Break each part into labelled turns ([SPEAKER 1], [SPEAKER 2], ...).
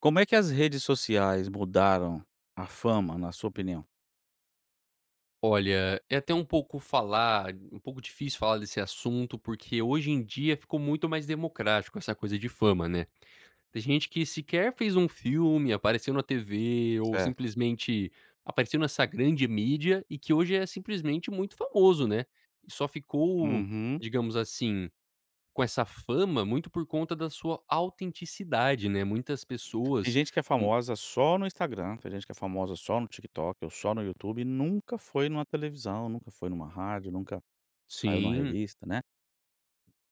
[SPEAKER 1] Como é que as redes sociais mudaram a fama, na sua opinião?
[SPEAKER 2] Olha, é até um pouco difícil falar desse assunto, porque hoje em dia ficou muito mais democrático essa coisa de fama, né. Tem gente que sequer fez um filme, apareceu na TV ou
[SPEAKER 1] Certo.
[SPEAKER 2] simplesmente apareceu nessa grande mídia e que hoje é simplesmente muito famoso, né. E só ficou,
[SPEAKER 1] Uhum.
[SPEAKER 2] digamos assim, com essa fama muito por conta da sua autenticidade, né. Muitas
[SPEAKER 1] Tem
[SPEAKER 2] pessoas
[SPEAKER 1] gente que é
[SPEAKER 2] com
[SPEAKER 1] famosa só no Instagram, tem gente que é famosa só no TikTok ou só no YouTube e nunca foi numa televisão, nunca foi numa rádio, nunca saiu numa
[SPEAKER 2] Sim.
[SPEAKER 1] revista, né.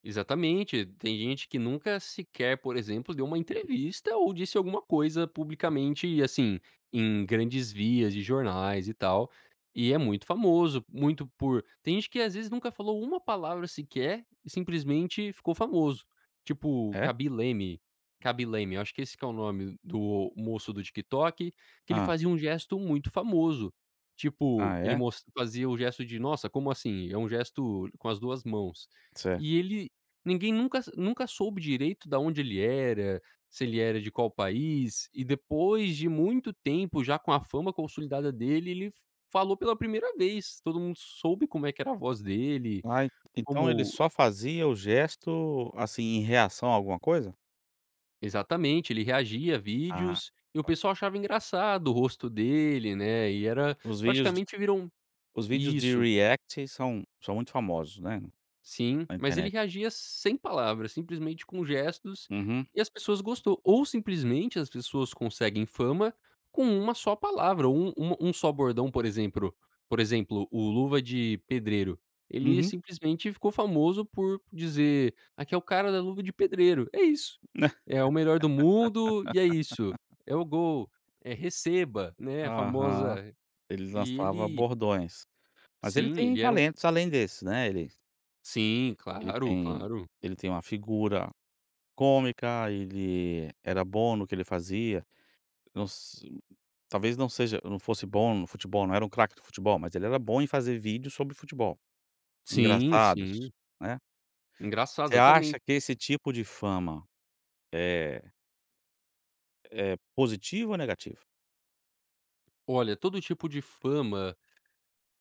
[SPEAKER 2] Exatamente. Tem gente que nunca sequer, por exemplo, deu uma entrevista ou disse alguma coisa publicamente, assim, em grandes vias de jornais e tal. E é muito famoso, muito por. Tem gente que às vezes nunca falou uma palavra sequer e simplesmente ficou famoso. Tipo,
[SPEAKER 1] É?
[SPEAKER 2] Kaby Leme. Kaby Leme, eu acho que esse que é o nome do moço do TikTok, que ele
[SPEAKER 1] Ah,
[SPEAKER 2] fazia um gesto muito famoso. Tipo,
[SPEAKER 1] Ah,
[SPEAKER 2] ele
[SPEAKER 1] é?
[SPEAKER 2] fazia o gesto de, nossa, como assim? É um gesto com as duas mãos.
[SPEAKER 1] Certo.
[SPEAKER 2] E ele Ninguém nunca soube direito de onde ele era, se ele era de qual país, e depois de muito tempo, já com a fama consolidada dele, ele falou pela primeira vez, todo mundo soube como é que era a voz dele.
[SPEAKER 1] Ah, en então ele
[SPEAKER 2] Como
[SPEAKER 1] só fazia o gesto, assim, em reação a alguma coisa?
[SPEAKER 2] Exatamente, ele reagia a
[SPEAKER 1] Ah,
[SPEAKER 2] vídeos, e o
[SPEAKER 1] tá.
[SPEAKER 2] pessoal achava engraçado o rosto dele, né, e era
[SPEAKER 1] Os vídeos de
[SPEAKER 2] praticamente virou um
[SPEAKER 1] os vídeos de
[SPEAKER 2] isso.
[SPEAKER 1] react são muito famosos, né,
[SPEAKER 2] Sim,
[SPEAKER 1] na
[SPEAKER 2] mas ele
[SPEAKER 1] internet.
[SPEAKER 2] reagia sem palavras, simplesmente com gestos,
[SPEAKER 1] Uhum.
[SPEAKER 2] e as pessoas gostou. Ou simplesmente as pessoas conseguem fama com uma só palavra, ou um uma um só bordão, por exemplo, o Luva de Pedreiro, ele
[SPEAKER 1] Uhum.
[SPEAKER 2] simplesmente ficou famoso por dizer: "Aqui é o cara da luva de pedreiro", é isso. É o melhor do mundo e é isso, é o gol, é receba, né, a
[SPEAKER 1] Aham.
[SPEAKER 2] famosa.
[SPEAKER 1] Ele
[SPEAKER 2] E
[SPEAKER 1] lançava
[SPEAKER 2] ele
[SPEAKER 1] bordões. Mas ele
[SPEAKER 2] Sim,
[SPEAKER 1] tem
[SPEAKER 2] ele era um
[SPEAKER 1] talentos além desses, né, ele
[SPEAKER 2] sim,
[SPEAKER 1] ele
[SPEAKER 2] claro,
[SPEAKER 1] tem
[SPEAKER 2] claro.
[SPEAKER 1] ele tem uma figura cômica, ele era bom no que ele fazia, não se talvez não fosse bom no futebol, não era um craque do futebol, mas ele era bom em fazer vídeos sobre futebol,
[SPEAKER 2] Sim, sim.
[SPEAKER 1] engraçados, né.
[SPEAKER 2] Engraçado,
[SPEAKER 1] Você
[SPEAKER 2] exatamente.
[SPEAKER 1] acha que esse tipo de fama é é positivo ou negativo?
[SPEAKER 2] Olha, todo tipo de fama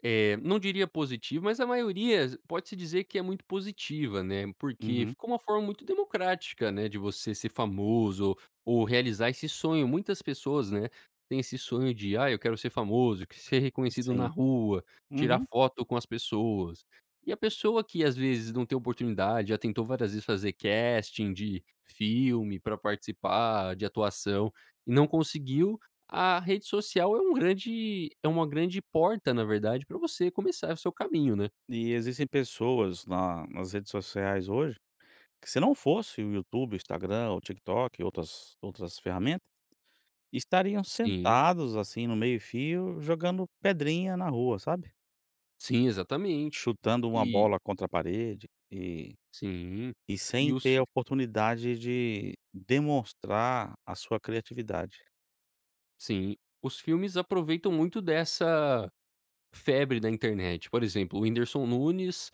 [SPEAKER 2] Eh, não diria positivo, mas a maioria pode-se dizer que é muito positiva, né, porque
[SPEAKER 1] Uhum,
[SPEAKER 2] ficou uma forma muito democrática, né, de você ser famoso ou realizar esse sonho. Muitas pessoas, né, têm esse sonho de: "Ah, eu quero ser famoso, que ser reconhecido na
[SPEAKER 1] sim.
[SPEAKER 2] rua, tirar
[SPEAKER 1] Uhum.
[SPEAKER 2] foto com as pessoas". E a pessoa que às vezes não tem oportunidade, já tentou várias vezes fazer casting de filme para participar, de atuação, e não conseguiu. A rede social é um grande é uma grande porta, na verdade, para você começar o seu caminho, né.
[SPEAKER 1] E existem pessoas na nas redes sociais hoje que se não fosse o YouTube, o Instagram, o TikTok e outras ferramentas, estariam
[SPEAKER 2] Sim,
[SPEAKER 1] sentados, assim, no meio-fio, jogando pedrinha na rua, sabe,
[SPEAKER 2] sim, exatamente.
[SPEAKER 1] chutando uma
[SPEAKER 2] E
[SPEAKER 1] bola contra a parede
[SPEAKER 2] sim,
[SPEAKER 1] e
[SPEAKER 2] e
[SPEAKER 1] sem
[SPEAKER 2] os
[SPEAKER 1] ter a
[SPEAKER 2] fi
[SPEAKER 1] oportunidade de demonstrar a sua criatividade.
[SPEAKER 2] sim, os filmes aproveitam muito dessa febre da internet. Por exemplo, o Whindersson Nunes,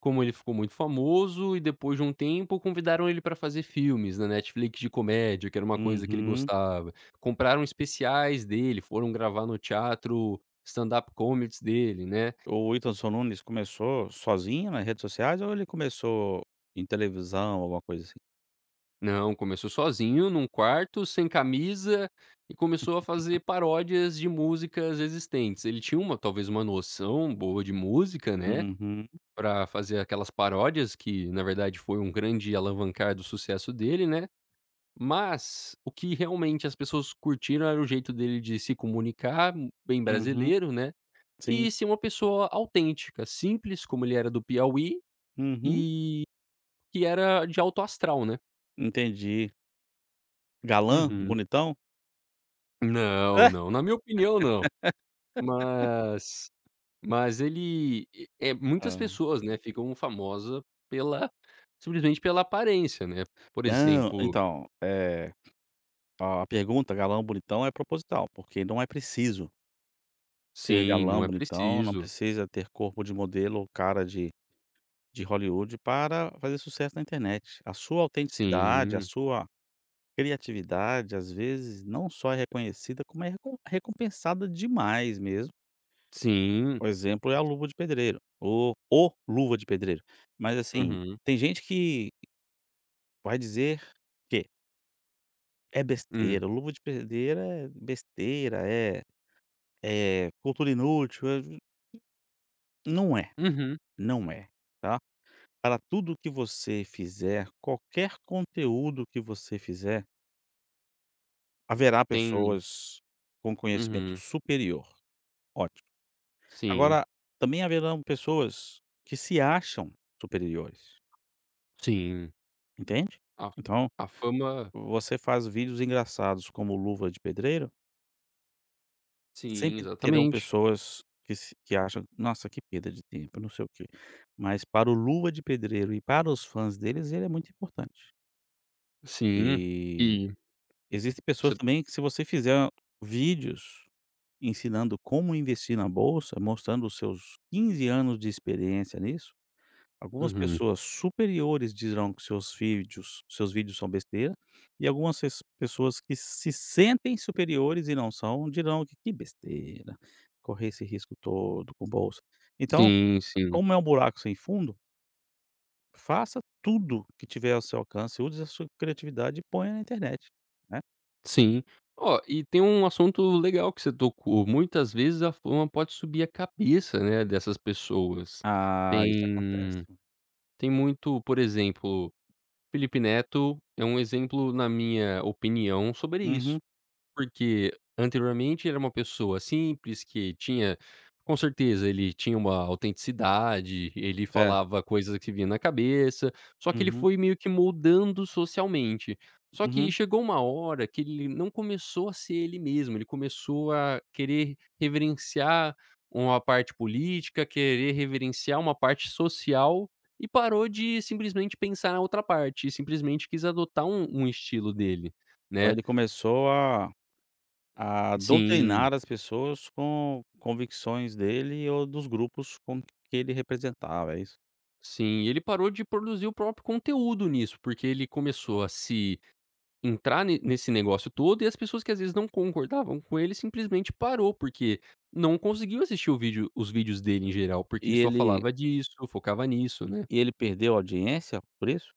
[SPEAKER 2] como ele ficou muito famoso e depois de um tempo convidaram ele para fazer filmes na Netflix de comédia, que era uma coisa que ele
[SPEAKER 1] Uhum.
[SPEAKER 2] gostava. Compraram especiais dele, foram gravar no teatro stand-up comedies dele, né.
[SPEAKER 1] O Whindersson Nunes começou sozinho nas redes sociais ou ele começou em televisão, alguma coisa assim?
[SPEAKER 2] Não, começou sozinho num quarto, sem camisa, e começou a fazer paródias de músicas existentes. Ele tinha uma talvez uma noção boa de música, né,
[SPEAKER 1] Uhum,
[SPEAKER 2] pra fazer aquelas paródias que, na verdade, foi um grande alavancar do sucesso dele, né. Mas o que realmente as pessoas curtiram era o jeito dele de se comunicar, bem
[SPEAKER 1] uhum,
[SPEAKER 2] brasileiro, né,
[SPEAKER 1] sim,
[SPEAKER 2] e ser uma pessoa autêntica, simples, como ele era do Piauí,
[SPEAKER 1] uhum,
[SPEAKER 2] e que era de alto astral, né.
[SPEAKER 1] entendi. Galã,
[SPEAKER 2] Uhum.
[SPEAKER 1] bonitão?
[SPEAKER 2] Não, não, na minha opinião não. Mas
[SPEAKER 1] Hã.
[SPEAKER 2] muitas pessoas, né, ficam famosa pela simplesmente pela aparência, né. Por
[SPEAKER 1] Não,
[SPEAKER 2] exemplo
[SPEAKER 1] então, a pergunta galã bonitão é proposital, porque não é preciso ser
[SPEAKER 2] Sim, não
[SPEAKER 1] galã
[SPEAKER 2] é
[SPEAKER 1] bonitão, não
[SPEAKER 2] preciso.
[SPEAKER 1] precisa ter corpo de modelo ou cara de Hollywood para fazer sucesso na internet. A sua autenticidade, a
[SPEAKER 2] Sim,
[SPEAKER 1] sua criatividade, às vezes, não só é reconhecida, como é recompensada demais mesmo.
[SPEAKER 2] sim.
[SPEAKER 1] O exemplo é a Luva de Pedreiro, o Luva de Pedreiro. Mas, assim,
[SPEAKER 2] Uhum.
[SPEAKER 1] tem gente que vai dizer que é
[SPEAKER 2] Hum.
[SPEAKER 1] besteira, o Luva de Pedreiro é besteira, é é cultura inútil, é não é,
[SPEAKER 2] Uhum.
[SPEAKER 1] não é, tá. Para tudo que você fizer, qualquer conteúdo que você fizer, haverá
[SPEAKER 2] Tem
[SPEAKER 1] pessoas com conhecimento
[SPEAKER 2] Uhum.
[SPEAKER 1] superior, ótimo.
[SPEAKER 2] Sim,
[SPEAKER 1] Agora, também haverão pessoas que se acham superiores,
[SPEAKER 2] sim.
[SPEAKER 1] entende?
[SPEAKER 2] A
[SPEAKER 1] Então,
[SPEAKER 2] a fama
[SPEAKER 1] você faz vídeos engraçados como Luva de Pedreiro.
[SPEAKER 2] Sim,
[SPEAKER 1] Sempre terão
[SPEAKER 2] exatamente.
[SPEAKER 1] pessoas que se que acham: "Nossa, que perda de tempo, não sei o quê". Mas para o Luva de Pedreiro e para os fãs deles, ele é muito importante.
[SPEAKER 2] Sim.
[SPEAKER 1] E
[SPEAKER 2] E
[SPEAKER 1] existem pessoas
[SPEAKER 2] você
[SPEAKER 1] também que se você fizer vídeos ensinando como investir na bolsa, mostrando os seus 15 anos de experiência nisso. Algumas
[SPEAKER 2] Uhum.
[SPEAKER 1] pessoas superiores dirão que seus vídeos são besteira, e algumas pessoas que se sentem superiores e não são, dirão que: "Que besteira, correr esse risco todo com bolsa". Então,
[SPEAKER 2] Sim, sim.
[SPEAKER 1] como é um buraco sem fundo, faça tudo que tiver ao seu alcance, use a sua criatividade e ponha na internet, né.
[SPEAKER 2] Sim. Ó, e tem um assunto legal que você tocou, muitas vezes a fama pode subir a cabeça, né, dessas pessoas.
[SPEAKER 1] Ah, isso acontece.
[SPEAKER 2] Tem tem muito, por exemplo, Felipe Neto é um exemplo, na minha opinião, sobre isso.
[SPEAKER 1] Uhum.
[SPEAKER 2] Porque anteriormente era uma pessoa simples que tinha com certeza ele tinha uma autenticidade, ele
[SPEAKER 1] Certo.
[SPEAKER 2] falava coisas que vinha na cabeça, só que ele
[SPEAKER 1] Uhum,
[SPEAKER 2] foi meio que moldando socialmente. Só que
[SPEAKER 1] uhum.
[SPEAKER 2] chegou uma hora que ele não começou a ser ele mesmo, ele começou a querer reverenciar uma parte política, querer reverenciar uma parte social e parou de simplesmente pensar na outra parte, e simplesmente quis adotar um estilo dele,
[SPEAKER 1] Então
[SPEAKER 2] né.
[SPEAKER 1] ele começou a
[SPEAKER 2] Sim.
[SPEAKER 1] doutrinar as pessoas com convicções dele ou dos grupos com que ele representava, é isso?
[SPEAKER 2] Sim, e ele parou de produzir o próprio conteúdo nisso, porque ele começou a se entrar ne nesse negócio todo e as pessoas que às vezes não concordavam com ele simplesmente parou, porque não conseguiu assistir o vídeo os vídeos dele em geral, porque ele
[SPEAKER 1] E
[SPEAKER 2] só
[SPEAKER 1] ele
[SPEAKER 2] falava disso, focava nisso, né.
[SPEAKER 1] e ele perdeu a audiência por isso?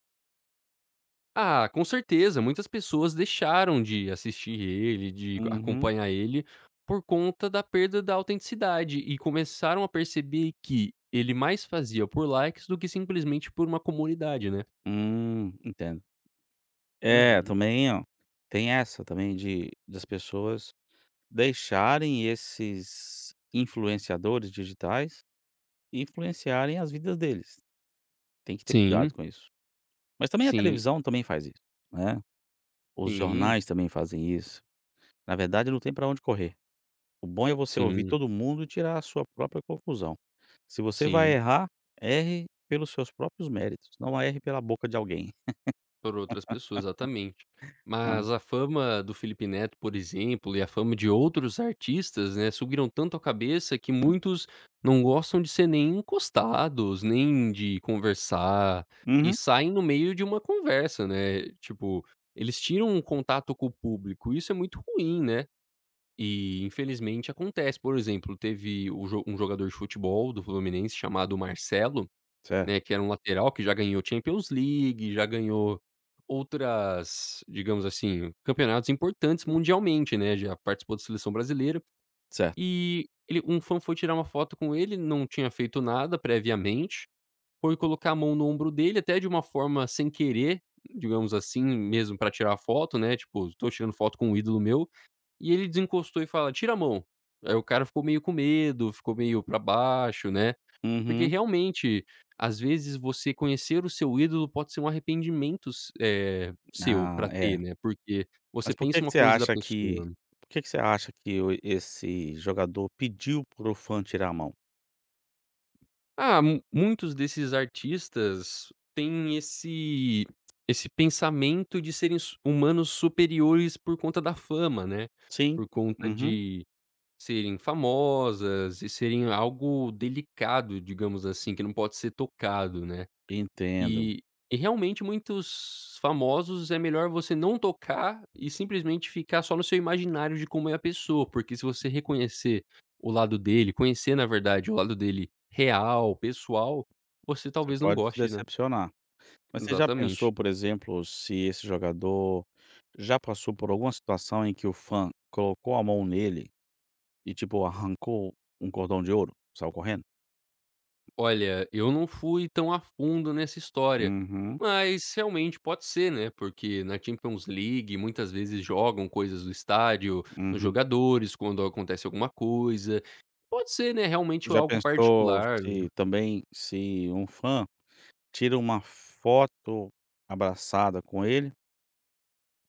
[SPEAKER 2] Ah, com certeza, muitas pessoas deixaram de assistir ele, de
[SPEAKER 1] Uhum.
[SPEAKER 2] acompanhar ele, por conta da perda da autenticidade e começaram a perceber que ele mais fazia por likes do que simplesmente por uma comunidade, né.
[SPEAKER 1] Entendo. É,
[SPEAKER 2] Uhum.
[SPEAKER 1] também ó, tem essa também de das pessoas deixarem esses influenciadores digitais influenciarem as vidas deles, tem que ter
[SPEAKER 2] Sim.
[SPEAKER 1] cuidado com isso. Mas também a
[SPEAKER 2] Sim,
[SPEAKER 1] televisão também faz isso, né, os
[SPEAKER 2] sim,
[SPEAKER 1] jornais também fazem isso, na verdade não tem pra onde correr. O bom é você ouvir
[SPEAKER 2] sim,
[SPEAKER 1] todo mundo e tirar a sua própria conclusão. Se você vai
[SPEAKER 2] sim,
[SPEAKER 1] errar, erre pelos seus próprios méritos, não erre pela boca de alguém.
[SPEAKER 2] por outras pessoas, exatamente.
[SPEAKER 1] Hã.
[SPEAKER 2] Mas a fama do Felipe Neto, por exemplo, e a fama de outros artistas, né, subiram tanto a cabeça que muitos não gostam de ser nem encostados, nem de conversar, e
[SPEAKER 1] Uhum.
[SPEAKER 2] saem no meio de uma conversa, né, tipo, eles tiram um contato com o público, isso é muito ruim, né, e infelizmente acontece. Por exemplo, teve o jo um jogador de futebol do Fluminense chamado Marcelo,
[SPEAKER 1] Certo,
[SPEAKER 2] né, que era um lateral que já ganhou Champions League, já ganhou outras, digamos assim, campeonatos importantes mundialmente, né, já participou da seleção brasileira.
[SPEAKER 1] certo.
[SPEAKER 2] E ele Um fã foi tirar uma foto com ele, não tinha feito nada previamente, foi colocar a mão no ombro dele, até de uma forma sem querer, digamos assim, mesmo pra tirar a foto, né, tipo: "Tô tirando foto com um ídolo meu", e ele desencostou e fala: "Tira a mão". Aí o cara ficou meio com medo, ficou meio pra baixo, né. Porque
[SPEAKER 1] Uhum.
[SPEAKER 2] realmente, às vezes você conhecer o seu ídolo pode ser um arrependimento seu
[SPEAKER 1] Ah,
[SPEAKER 2] pra
[SPEAKER 1] é.
[SPEAKER 2] ter, né, porque você
[SPEAKER 1] Mas por que
[SPEAKER 2] pensa
[SPEAKER 1] que
[SPEAKER 2] uma
[SPEAKER 1] você
[SPEAKER 2] coisa da
[SPEAKER 1] acha que
[SPEAKER 2] pessoa.
[SPEAKER 1] por que que você acha que o esse jogador pediu para o fã tirar a mão?
[SPEAKER 2] Ah, mu muitos desses artistas têm esse pensamento de serem su humanos superiores por conta da fama, né,
[SPEAKER 1] Sim.
[SPEAKER 2] por conta
[SPEAKER 1] Uhum.
[SPEAKER 2] de serem famosas e serem algo delicado, digamos assim, que não pode ser tocado, né.
[SPEAKER 1] Entendo.
[SPEAKER 2] E e realmente muitos famosos é melhor você não tocar e simplesmente ficar só no seu imaginário de como é a pessoa, porque se você reconhecer o lado dele, conhecer na verdade o lado dele real, pessoal, você
[SPEAKER 1] Você
[SPEAKER 2] talvez não
[SPEAKER 1] pode se
[SPEAKER 2] goste, né.
[SPEAKER 1] decepcionar. Mas você já
[SPEAKER 2] Exatamente.
[SPEAKER 1] pensou, por exemplo, se esse jogador já passou por alguma situação em que o fã colocou a mão nele e tipo, arrancou um cordão de ouro, saiu correndo?
[SPEAKER 2] Olha, eu não fui tão a fundo nessa história,
[SPEAKER 1] Uhum,
[SPEAKER 2] mas realmente pode ser, né, porque na Champions League muitas vezes jogam coisas do estádio, os
[SPEAKER 1] uhum.
[SPEAKER 2] jogadores, quando acontece alguma coisa. Pode ser, né, realmente
[SPEAKER 1] Já
[SPEAKER 2] algo
[SPEAKER 1] pensou
[SPEAKER 2] particular, né.
[SPEAKER 1] se também se um fã tira uma foto abraçada com ele,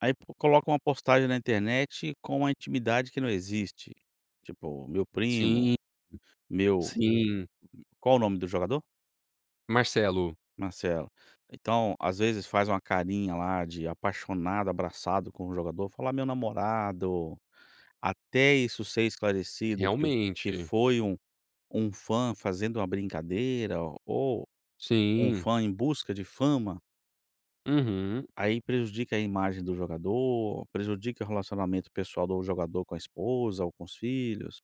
[SPEAKER 1] aí po coloca uma postagem na internet com uma intimidade que não existe, tipo, meu primo,
[SPEAKER 2] Sim,
[SPEAKER 1] meu
[SPEAKER 2] sim.
[SPEAKER 1] qual o nome do jogador?
[SPEAKER 2] Marcelo,
[SPEAKER 1] Marcelo. Então, às vezes faz uma carinha lá de apaixonado, abraçado com o jogador, fala: "Ah, meu namorado", até isso ser esclarecido que
[SPEAKER 2] realmente.
[SPEAKER 1] foi um um fã fazendo uma brincadeira ou um
[SPEAKER 2] Sim.
[SPEAKER 1] fã em busca de fama,
[SPEAKER 2] Uhum.
[SPEAKER 1] aí prejudica a imagem do jogador, prejudica o relacionamento pessoal do jogador com a esposa ou com os filhos.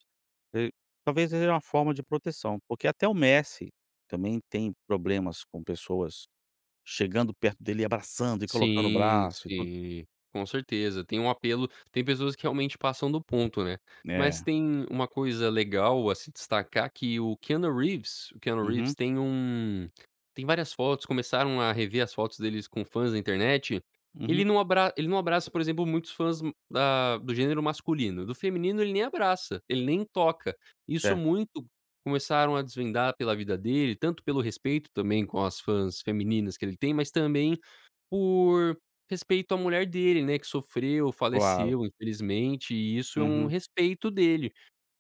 [SPEAKER 1] Eh, Talvez seja uma forma de proteção, porque até o Messi também tem problemas com pessoas chegando perto dele, abraçando e colocando o
[SPEAKER 2] Sim,
[SPEAKER 1] braço e tudo.
[SPEAKER 2] sim, com certeza. Tem um apelo Tem pessoas que realmente passam do ponto, né. Mas
[SPEAKER 1] É.
[SPEAKER 2] tem uma coisa legal a se destacar que o Keanu Reeves
[SPEAKER 1] Uhum,
[SPEAKER 2] tem várias fotos, começaram a rever as fotos deles com fãs da internet,
[SPEAKER 1] uhum.
[SPEAKER 2] ele não abraça, por exemplo, muitos fãs m- da do gênero masculino, do feminino ele nem abraça, ele nem toca. Isso
[SPEAKER 1] Certo,
[SPEAKER 2] muito Começaram a desvendar pela vida dele, tanto pelo respeito também com as fãs femininas que ele tem, mas também por respeito à mulher dele, né, que sofreu,
[SPEAKER 1] claro.
[SPEAKER 2] faleceu, infelizmente, e isso é um
[SPEAKER 1] Uhum.
[SPEAKER 2] respeito dele.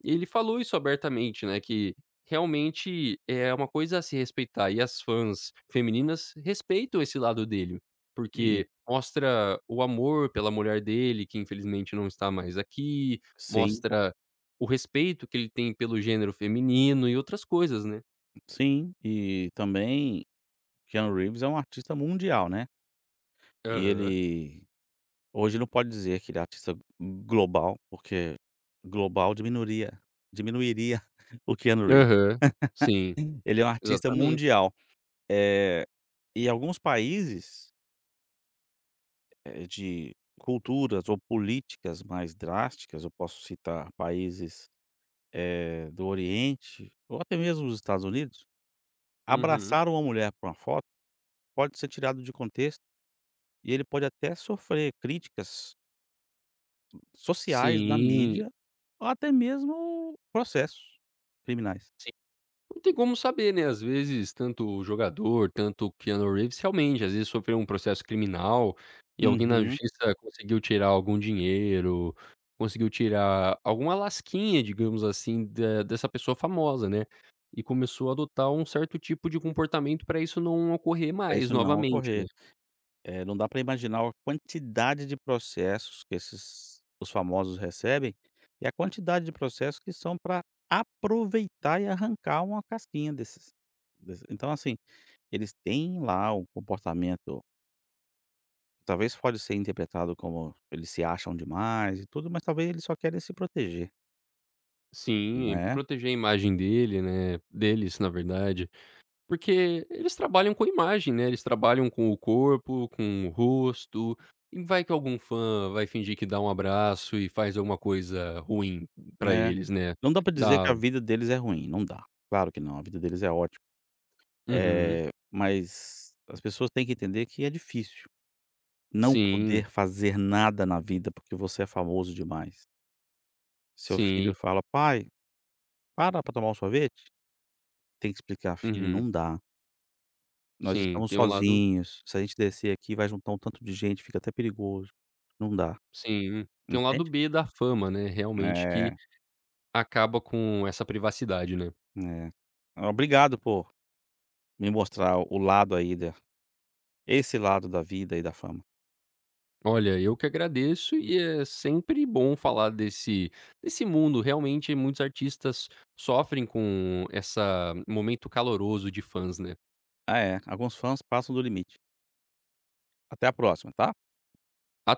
[SPEAKER 2] Ele falou isso abertamente, né, que realmente é uma coisa a se respeitar e as fãs femininas respeitam esse lado dele,
[SPEAKER 1] E
[SPEAKER 2] porque mostra o amor pela mulher dele, que infelizmente não está mais aqui,
[SPEAKER 1] sim,
[SPEAKER 2] mostra o respeito que ele tem pelo gênero feminino e outras coisas, né.
[SPEAKER 1] sim. E também Keanu Reeves é um artista mundial, né. E
[SPEAKER 2] Aham.
[SPEAKER 1] ele hoje não pode dizer que ele é artista global, porque global diminuiria o Keanu Reeves.
[SPEAKER 2] Aham. Sim,
[SPEAKER 1] Ele é um artista
[SPEAKER 2] exatamente.
[SPEAKER 1] mundial. Eh, e alguns países, de culturas ou políticas mais drásticas, eu posso citar países, do Oriente ou até mesmo os Estados Unidos,
[SPEAKER 2] Uhum.
[SPEAKER 1] abraçar uma mulher por uma foto pode ser tirado de contexto e ele pode até sofrer críticas sociais, da
[SPEAKER 2] Sim.
[SPEAKER 1] mídia, ou até mesmo processos criminais.
[SPEAKER 2] Sim. Não tem como saber, né, às vezes tanto o jogador, tanto o Keanu Reeves realmente, às vezes sofreu um processo criminal, e alguém na
[SPEAKER 1] Uhum.
[SPEAKER 2] justiça conseguiu tirar algum dinheiro, conseguiu tirar alguma lasquinha, digamos assim, da dessa pessoa famosa, né, e começou a adotar um certo tipo de comportamento para isso não ocorrer
[SPEAKER 1] Pra
[SPEAKER 2] mais
[SPEAKER 1] isso não
[SPEAKER 2] novamente, né.
[SPEAKER 1] ocorrer. Não dá para imaginar a quantidade de processos que esses os famosos recebem, e a quantidade de processos que são para aproveitar e arrancar uma casquinha desses então, assim, eles têm lá um comportamento talvez pode ser interpretado como eles se acham demais e tudo, mas talvez eles só querem se proteger,
[SPEAKER 2] Sim,
[SPEAKER 1] né.
[SPEAKER 2] proteger a imagem dele, né, deles na verdade. Porque eles trabalham com imagem, né, eles trabalham com o corpo, com o rosto, e vai que algum fã vai fingir que dá um abraço e faz alguma coisa ruim pra
[SPEAKER 1] É.
[SPEAKER 2] eles, né.
[SPEAKER 1] Não dá pra dizer
[SPEAKER 2] Dá
[SPEAKER 1] que a
[SPEAKER 2] um,
[SPEAKER 1] vida deles é ruim, não dá. Claro que não, a vida deles é ótima.
[SPEAKER 2] uhum.
[SPEAKER 1] Mas as pessoas têm que entender que é difícil não
[SPEAKER 2] Sim,
[SPEAKER 1] poder fazer nada na vida, porque você é famoso demais. Seu filho
[SPEAKER 2] sim.
[SPEAKER 1] fala: "Pai, para pra tomar um sorvete?" Tem que explicar: "Filho,
[SPEAKER 2] Uhum.
[SPEAKER 1] não dá. Nós
[SPEAKER 2] Sim,
[SPEAKER 1] estamos
[SPEAKER 2] tem um lado
[SPEAKER 1] sozinhos. Se a gente descer aqui, vai juntar um tanto de gente, fica até perigoso. Não dá",
[SPEAKER 2] sim. Tem um lado
[SPEAKER 1] entende?
[SPEAKER 2] B da fama, né, realmente que
[SPEAKER 1] É,
[SPEAKER 2] acaba com essa privacidade, né.
[SPEAKER 1] é. Obrigado por me mostrar o lado aí da esse lado da vida e da fama.
[SPEAKER 2] Olha, eu que agradeço e é sempre bom falar desse mundo. Realmente, muitos artistas sofrem com essa momento caloroso de fãs, né.
[SPEAKER 1] Ah é, alguns fãs passam do limite. Até a próxima, tá?